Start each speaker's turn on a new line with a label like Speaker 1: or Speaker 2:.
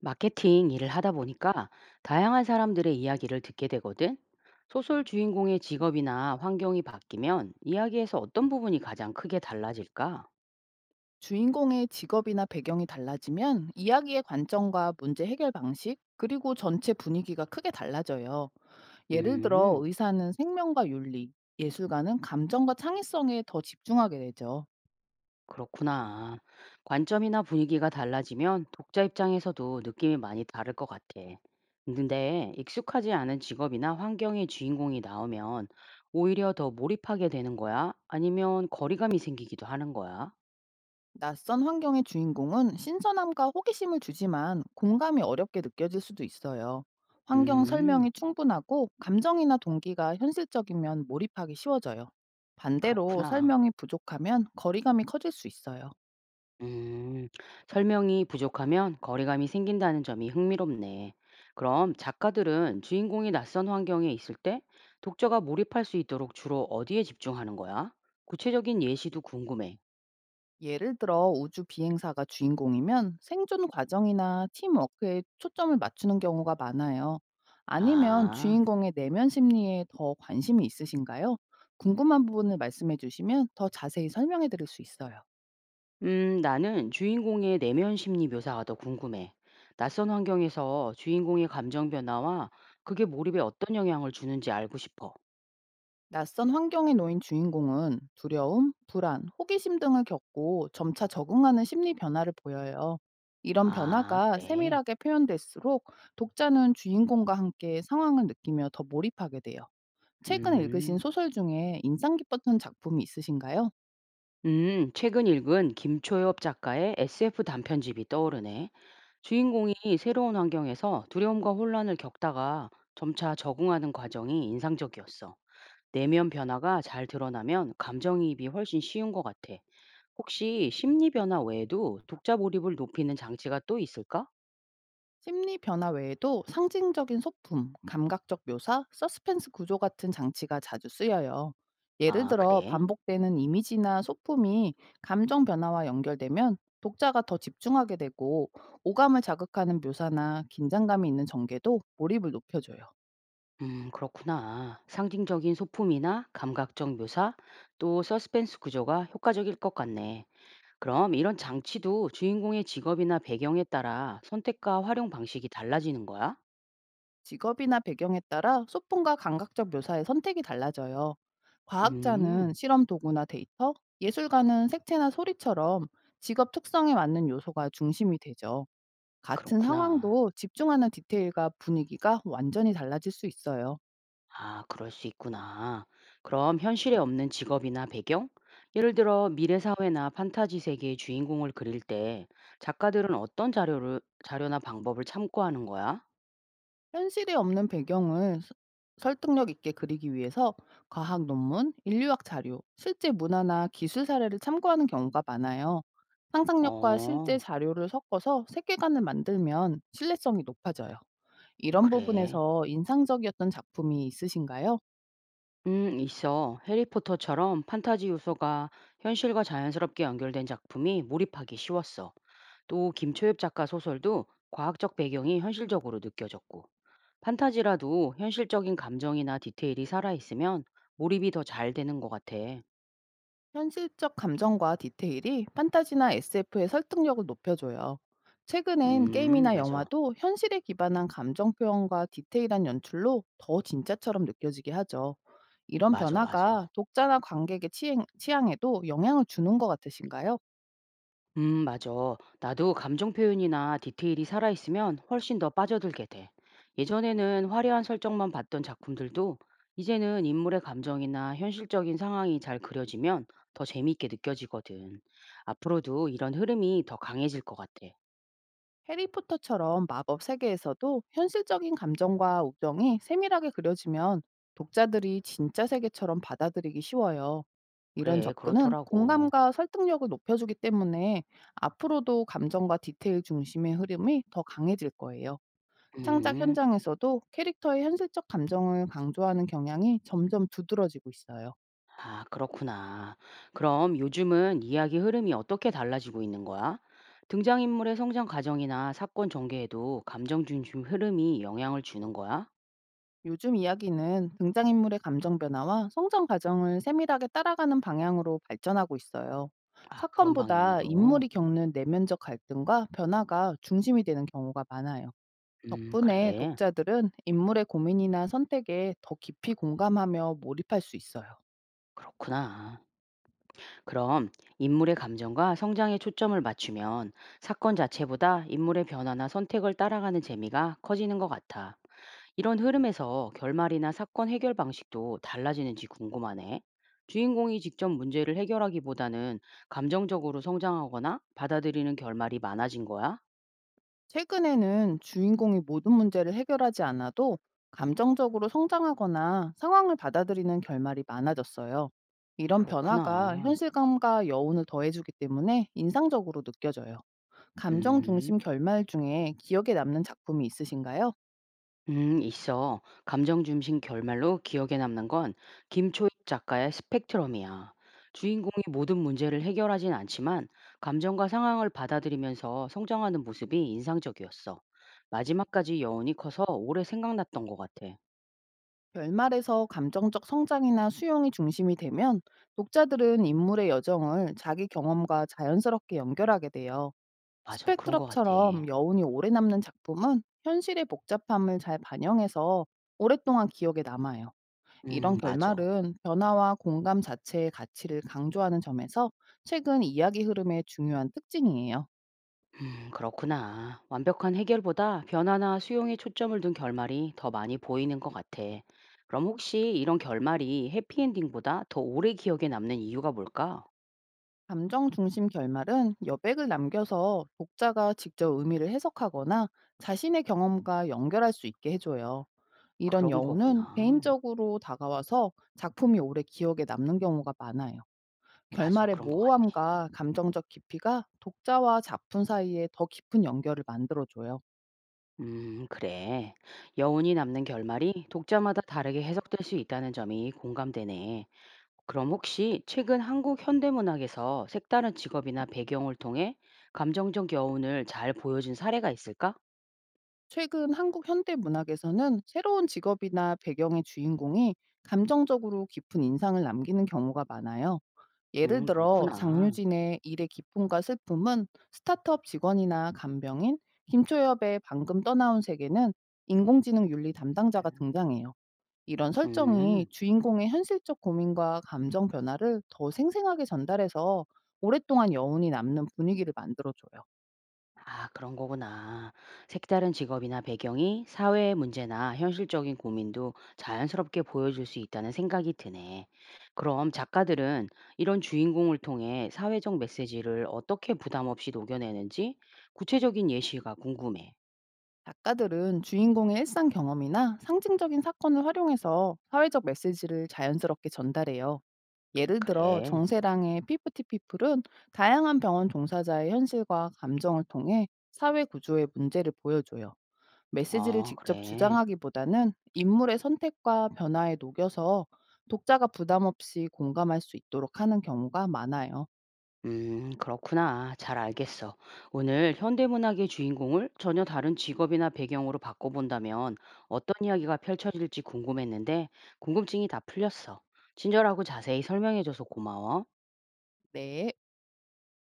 Speaker 1: 마케팅 일을 하다 보니까 다양한 사람들의 이야기를 듣게 되거든. 소설 주인공의 직업이나 환경이 바뀌면 이야기에서 어떤 부분이 가장 크게 달라질까?
Speaker 2: 주인공의 직업이나 배경이 달라지면 이야기의 관점과 문제 해결 방식, 그리고 전체 분위기가 크게 달라져요. 예를 들어
Speaker 1: 음,
Speaker 2: 의사는 생명과 윤리, 예술가는 감정과 창의성에 더 집중하게 되죠.
Speaker 1: 그렇구나. 관점이나 분위기가 달라지면 독자 입장에서도 느낌이 많이 다를 것 같아. 근데 익숙하지 않은 직업이나 환경의 주인공이 나오면 오히려 더 몰입하게 되는 거야? 아니면 거리감이 생기기도 하는 거야?
Speaker 2: 낯선 환경의 주인공은 신선함과 호기심을 주지만 공감이 어렵게 느껴질 수도 있어요. 환경
Speaker 1: 음,
Speaker 2: 설명이 충분하고 감정이나 동기가 현실적이면 몰입하기 쉬워져요. 반대로
Speaker 1: 그렇구나.
Speaker 2: 설명이 부족하면 거리감이 커질 수 있어요.
Speaker 1: 음, 설명이 부족하면 거리감이 생긴다는 점이 흥미롭네. 그럼 작가들은 주인공이 낯선 환경에 있을 때 독자가 몰입할 수 있도록 주로 어디에 집중하는 거야? 구체적인 예시도 궁금해.
Speaker 2: 예를 들어 우주 비행사가 주인공이면 생존 과정이나 팀워크에 초점을 맞추는 경우가 많아요. 아니면
Speaker 1: 아,
Speaker 2: 주인공의 내면 심리에 더 관심이 있으신가요? 궁금한 부분을 말씀해 주시면 더 자세히 설명해 드릴 수 있어요.
Speaker 1: 나는 주인공의 내면 심리 묘사가 더 궁금해. 낯선 환경에서 주인공의 감정 변화와 그게 몰입에 어떤 영향을 주는지 알고 싶어.
Speaker 2: 낯선 환경에 놓인 주인공은 두려움, 불안, 호기심 등을 겪고 점차 적응하는 심리 변화를 보여요. 이런
Speaker 1: 아,
Speaker 2: 변화가
Speaker 1: 그래.
Speaker 2: 세밀하게 표현될수록 독자는 주인공과 함께 상황을 느끼며 더 몰입하게 돼요. 최근에 읽으신
Speaker 1: 음.
Speaker 2: 소설 중에 인상 깊었던 작품이 있으신가요?
Speaker 1: 최근 읽은 김초엽 작가의 SF 단편집이 떠오르네. 주인공이 새로운 환경에서 두려움과 혼란을 겪다가 점차 적응하는 과정이 인상적이었어. 내면 변화가 잘 드러나면 감정이입이 훨씬 쉬운 것 같아. 혹시 심리 변화 외에도 독자 몰입을 높이는 장치가 또 있을까?
Speaker 2: 심리 변화 외에도 상징적인 소품, 감각적 묘사, 서스펜스 구조 같은 장치가 자주 쓰여요. 예를
Speaker 1: 아,
Speaker 2: 들어
Speaker 1: 그래.
Speaker 2: 반복되는 이미지나 소품이 감정 변화와 연결되면 독자가 더 집중하게 되고, 오감을 자극하는 묘사나 긴장감이 있는 전개도 몰입을 높여줘요.
Speaker 1: 그렇구나. 상징적인 소품이나 감각적 묘사, 또 서스펜스 구조가 효과적일 것 같네. 그럼 이런 장치도 주인공의 직업이나 배경에 따라 선택과 활용 방식이 달라지는 거야?
Speaker 2: 직업이나 배경에 따라 소품과 감각적 묘사의 선택이 달라져요. 과학자는
Speaker 1: 음,
Speaker 2: 실험 도구나 데이터, 예술가는 색채나 소리처럼 직업 특성에 맞는 요소가 중심이 되죠. 같은
Speaker 1: 그렇구나.
Speaker 2: 상황도 집중하는 디테일과 분위기가 완전히 달라질 수 있어요.
Speaker 1: 아, 그럴 수 있구나. 그럼 현실에 없는 직업이나 배경? 예를 들어 미래 사회나 판타지 세계의 주인공을 그릴 때 작가들은 자료나 방법을 참고하는 거야?
Speaker 2: 현실이 없는 배경을 설득력 있게 그리기 위해서 과학 논문, 인류학 자료, 실제 문화나 기술 사례를 참고하는 경우가 많아요. 상상력과 실제
Speaker 1: 어,
Speaker 2: 자료를 섞어서 세계관을 만들면 신뢰성이 높아져요. 이런
Speaker 1: 그래.
Speaker 2: 부분에서 인상적이었던 작품이 있으신가요?
Speaker 1: 있어. 해리포터처럼 판타지 요소가 현실과 자연스럽게 연결된 작품이 몰입하기 쉬웠어. 또 김초엽 작가 소설도 과학적 배경이 현실적으로 느껴졌고, 판타지라도 현실적인 감정이나 디테일이 살아있으면 몰입이 더 잘 되는 것 같아.
Speaker 2: 현실적 감정과 디테일이 판타지나 SF의 설득력을 높여줘요. 최근엔 게임이나
Speaker 1: 맞아.
Speaker 2: 영화도 현실에 기반한 감정 표현과 디테일한 연출로 더 진짜처럼 느껴지게 하죠. 이런
Speaker 1: 맞아, 맞아.
Speaker 2: 변화가 독자나 관객의 취향, 에도 영향을 주는 것 같으신가요?
Speaker 1: 맞아. 나도 감정 표현이나 디테일이 살아있으면 훨씬 더 빠져들게 돼. 예전에는 화려한 설정만 봤던 작품들도 이제는 인물의 감정이나 현실적인 상황이 잘 그려지면 더 재미있게 느껴지거든. 앞으로도 이런 흐름이 더 강해질 것 같아.
Speaker 2: 해리포터처럼 마법 세계에서도 현실적인 감정과 우정이 세밀하게 그려지면 독자들이 진짜 세계처럼 받아들이기 쉬워요. 이런
Speaker 1: 그래,
Speaker 2: 접근은
Speaker 1: 그렇더라고.
Speaker 2: 공감과 설득력을 높여주기 때문에 앞으로도 감정과 디테일 중심의 흐름이 더 강해질 거예요. 창작
Speaker 1: 음,
Speaker 2: 현장에서도 캐릭터의 현실적 감정을 강조하는 경향이 점점 두드러지고 있어요.
Speaker 1: 아, 그렇구나. 그럼 요즘은 이야기 흐름이 어떻게 달라지고 있는 거야? 등장인물의 성장 과정이나 사건 전개에도 감정 중심 흐름이 영향을 주는 거야?
Speaker 2: 요즘 이야기는 등장인물의 감정 변화와 성장 과정을 세밀하게 따라가는 방향으로 발전하고 있어요.
Speaker 1: 아, 그런
Speaker 2: 사건보다
Speaker 1: 방향으로.
Speaker 2: 인물이 겪는 내면적 갈등과 변화가 중심이 되는 경우가 많아요.
Speaker 1: 음,
Speaker 2: 덕분에
Speaker 1: 그래.
Speaker 2: 독자들은 인물의 고민이나 선택에 더 깊이 공감하며 몰입할 수 있어요.
Speaker 1: 그렇구나. 그럼 인물의 감정과 성장에 초점을 맞추면 사건 자체보다 인물의 변화나 선택을 따라가는 재미가 커지는 것 같아. 이런 흐름에서 결말이나 사건 해결 방식도 달라지는지 궁금하네. 주인공이 직접 문제를 해결하기보다는 감정적으로 성장하거나 받아들이는 결말이 많아진 거야?
Speaker 2: 최근에는 주인공이 모든 문제를 해결하지 않아도 감정적으로 성장하거나 상황을 받아들이는 결말이 많아졌어요. 이런 변화가
Speaker 1: 그렇구나.
Speaker 2: 현실감과 여운을 더해주기 때문에 인상적으로 느껴져요. 감정
Speaker 1: 음.
Speaker 2: 중심 결말 중에 기억에 남는 작품이 있으신가요?
Speaker 1: 있어. 감정 중심 결말로 기억에 남는 건 김초익 작가의 스펙트럼이야. 주인공이 모든 문제를 해결하진 않지만 감정과 상황을 받아들이면서 성장하는 모습이 인상적이었어. 마지막까지 여운이 커서 오래 생각났던 것 같아.
Speaker 2: 결말에서 감정적 성장이나 수용이 중심이 되면 독자들은 인물의 여정을 자기 경험과 자연스럽게 연결하게 돼요.
Speaker 1: 맞아, 그런 것 같아.
Speaker 2: 스펙트럼처럼 여운이 오래 남는 작품은 현실의 복잡함을 잘 반영해서 오랫동안 기억에 남아요. 이런
Speaker 1: 맞아.
Speaker 2: 결말은 변화와 공감 자체의 가치를 강조하는 점에서 최근 이야기 흐름의 중요한 특징이에요.
Speaker 1: 그렇구나. 완벽한 해결보다 변화나 수용에 초점을 둔 결말이 더 많이 보이는 것 같아. 그럼 혹시 이런 결말이 해피엔딩보다 더 오래 기억에 남는 이유가 뭘까?
Speaker 2: 감정 중심 결말은 여백을 남겨서 독자가 직접 의미를 해석하거나 자신의 경험과 연결할 수 있게 해줘요. 이런
Speaker 1: 그런
Speaker 2: 여운은
Speaker 1: 거구나.
Speaker 2: 개인적으로 다가와서 작품이 오래 기억에 남는 경우가 많아요.
Speaker 1: 맞아,
Speaker 2: 결말의
Speaker 1: 그런 것 같아.
Speaker 2: 모호함과 감정적 깊이가 독자와 작품 사이에 더 깊은 연결을 만들어줘요.
Speaker 1: 그래. 여운이 남는 결말이 독자마다 다르게 해석될 수 있다는 점이 공감되네. 그럼 혹시 최근 한국 현대문학에서 색다른 직업이나 배경을 통해 감정적 여운을 잘 보여준 사례가 있을까?
Speaker 2: 최근 한국 현대 문학에서는 새로운 직업이나 배경의 주인공이 감정적으로 깊은 인상을 남기는 경우가 많아요. 예를 들어
Speaker 1: 많구나.
Speaker 2: 장유진의 일의 기쁨과 슬픔은 스타트업 직원이나 간병인, 김초엽의 방금 떠나온 세계는 인공지능 윤리 담당자가 등장해요. 이런 설정이
Speaker 1: 음,
Speaker 2: 주인공의 현실적 고민과 감정 변화를 더 생생하게 전달해서 오랫동안 여운이 남는 분위기를 만들어줘요.
Speaker 1: 아, 그런 거구나. 색다른 직업이나 배경이 사회의 문제나 현실적인 고민도 자연스럽게 보여줄 수 있다는 생각이 드네. 그럼 작가들은 이런 주인공을 통해 사회적 메시지를 어떻게 부담 없이 녹여내는지 구체적인 예시가 궁금해.
Speaker 2: 작가들은 주인공의 일상 경험이나 상징적인 사건을 활용해서 사회적 메시지를 자연스럽게 전달해요. 예를 들어
Speaker 1: 그래.
Speaker 2: 정세랑의 피프티 피플은 다양한 병원 종사자의 현실과 감정을 통해 사회 구조의 문제를 보여줘요. 메시지를
Speaker 1: 아,
Speaker 2: 직접
Speaker 1: 그래.
Speaker 2: 주장하기보다는 인물의 선택과 변화에 녹여서 독자가 부담 없이 공감할 수 있도록 하는 경우가 많아요.
Speaker 1: 그렇구나. 잘 알겠어. 오늘 현대문학의 주인공을 전혀 다른 직업이나 배경으로 바꿔본다면 어떤 이야기가 펼쳐질지 궁금했는데 궁금증이 다 풀렸어. 친절하고 자세히 설명해줘서 고마워.
Speaker 2: 네.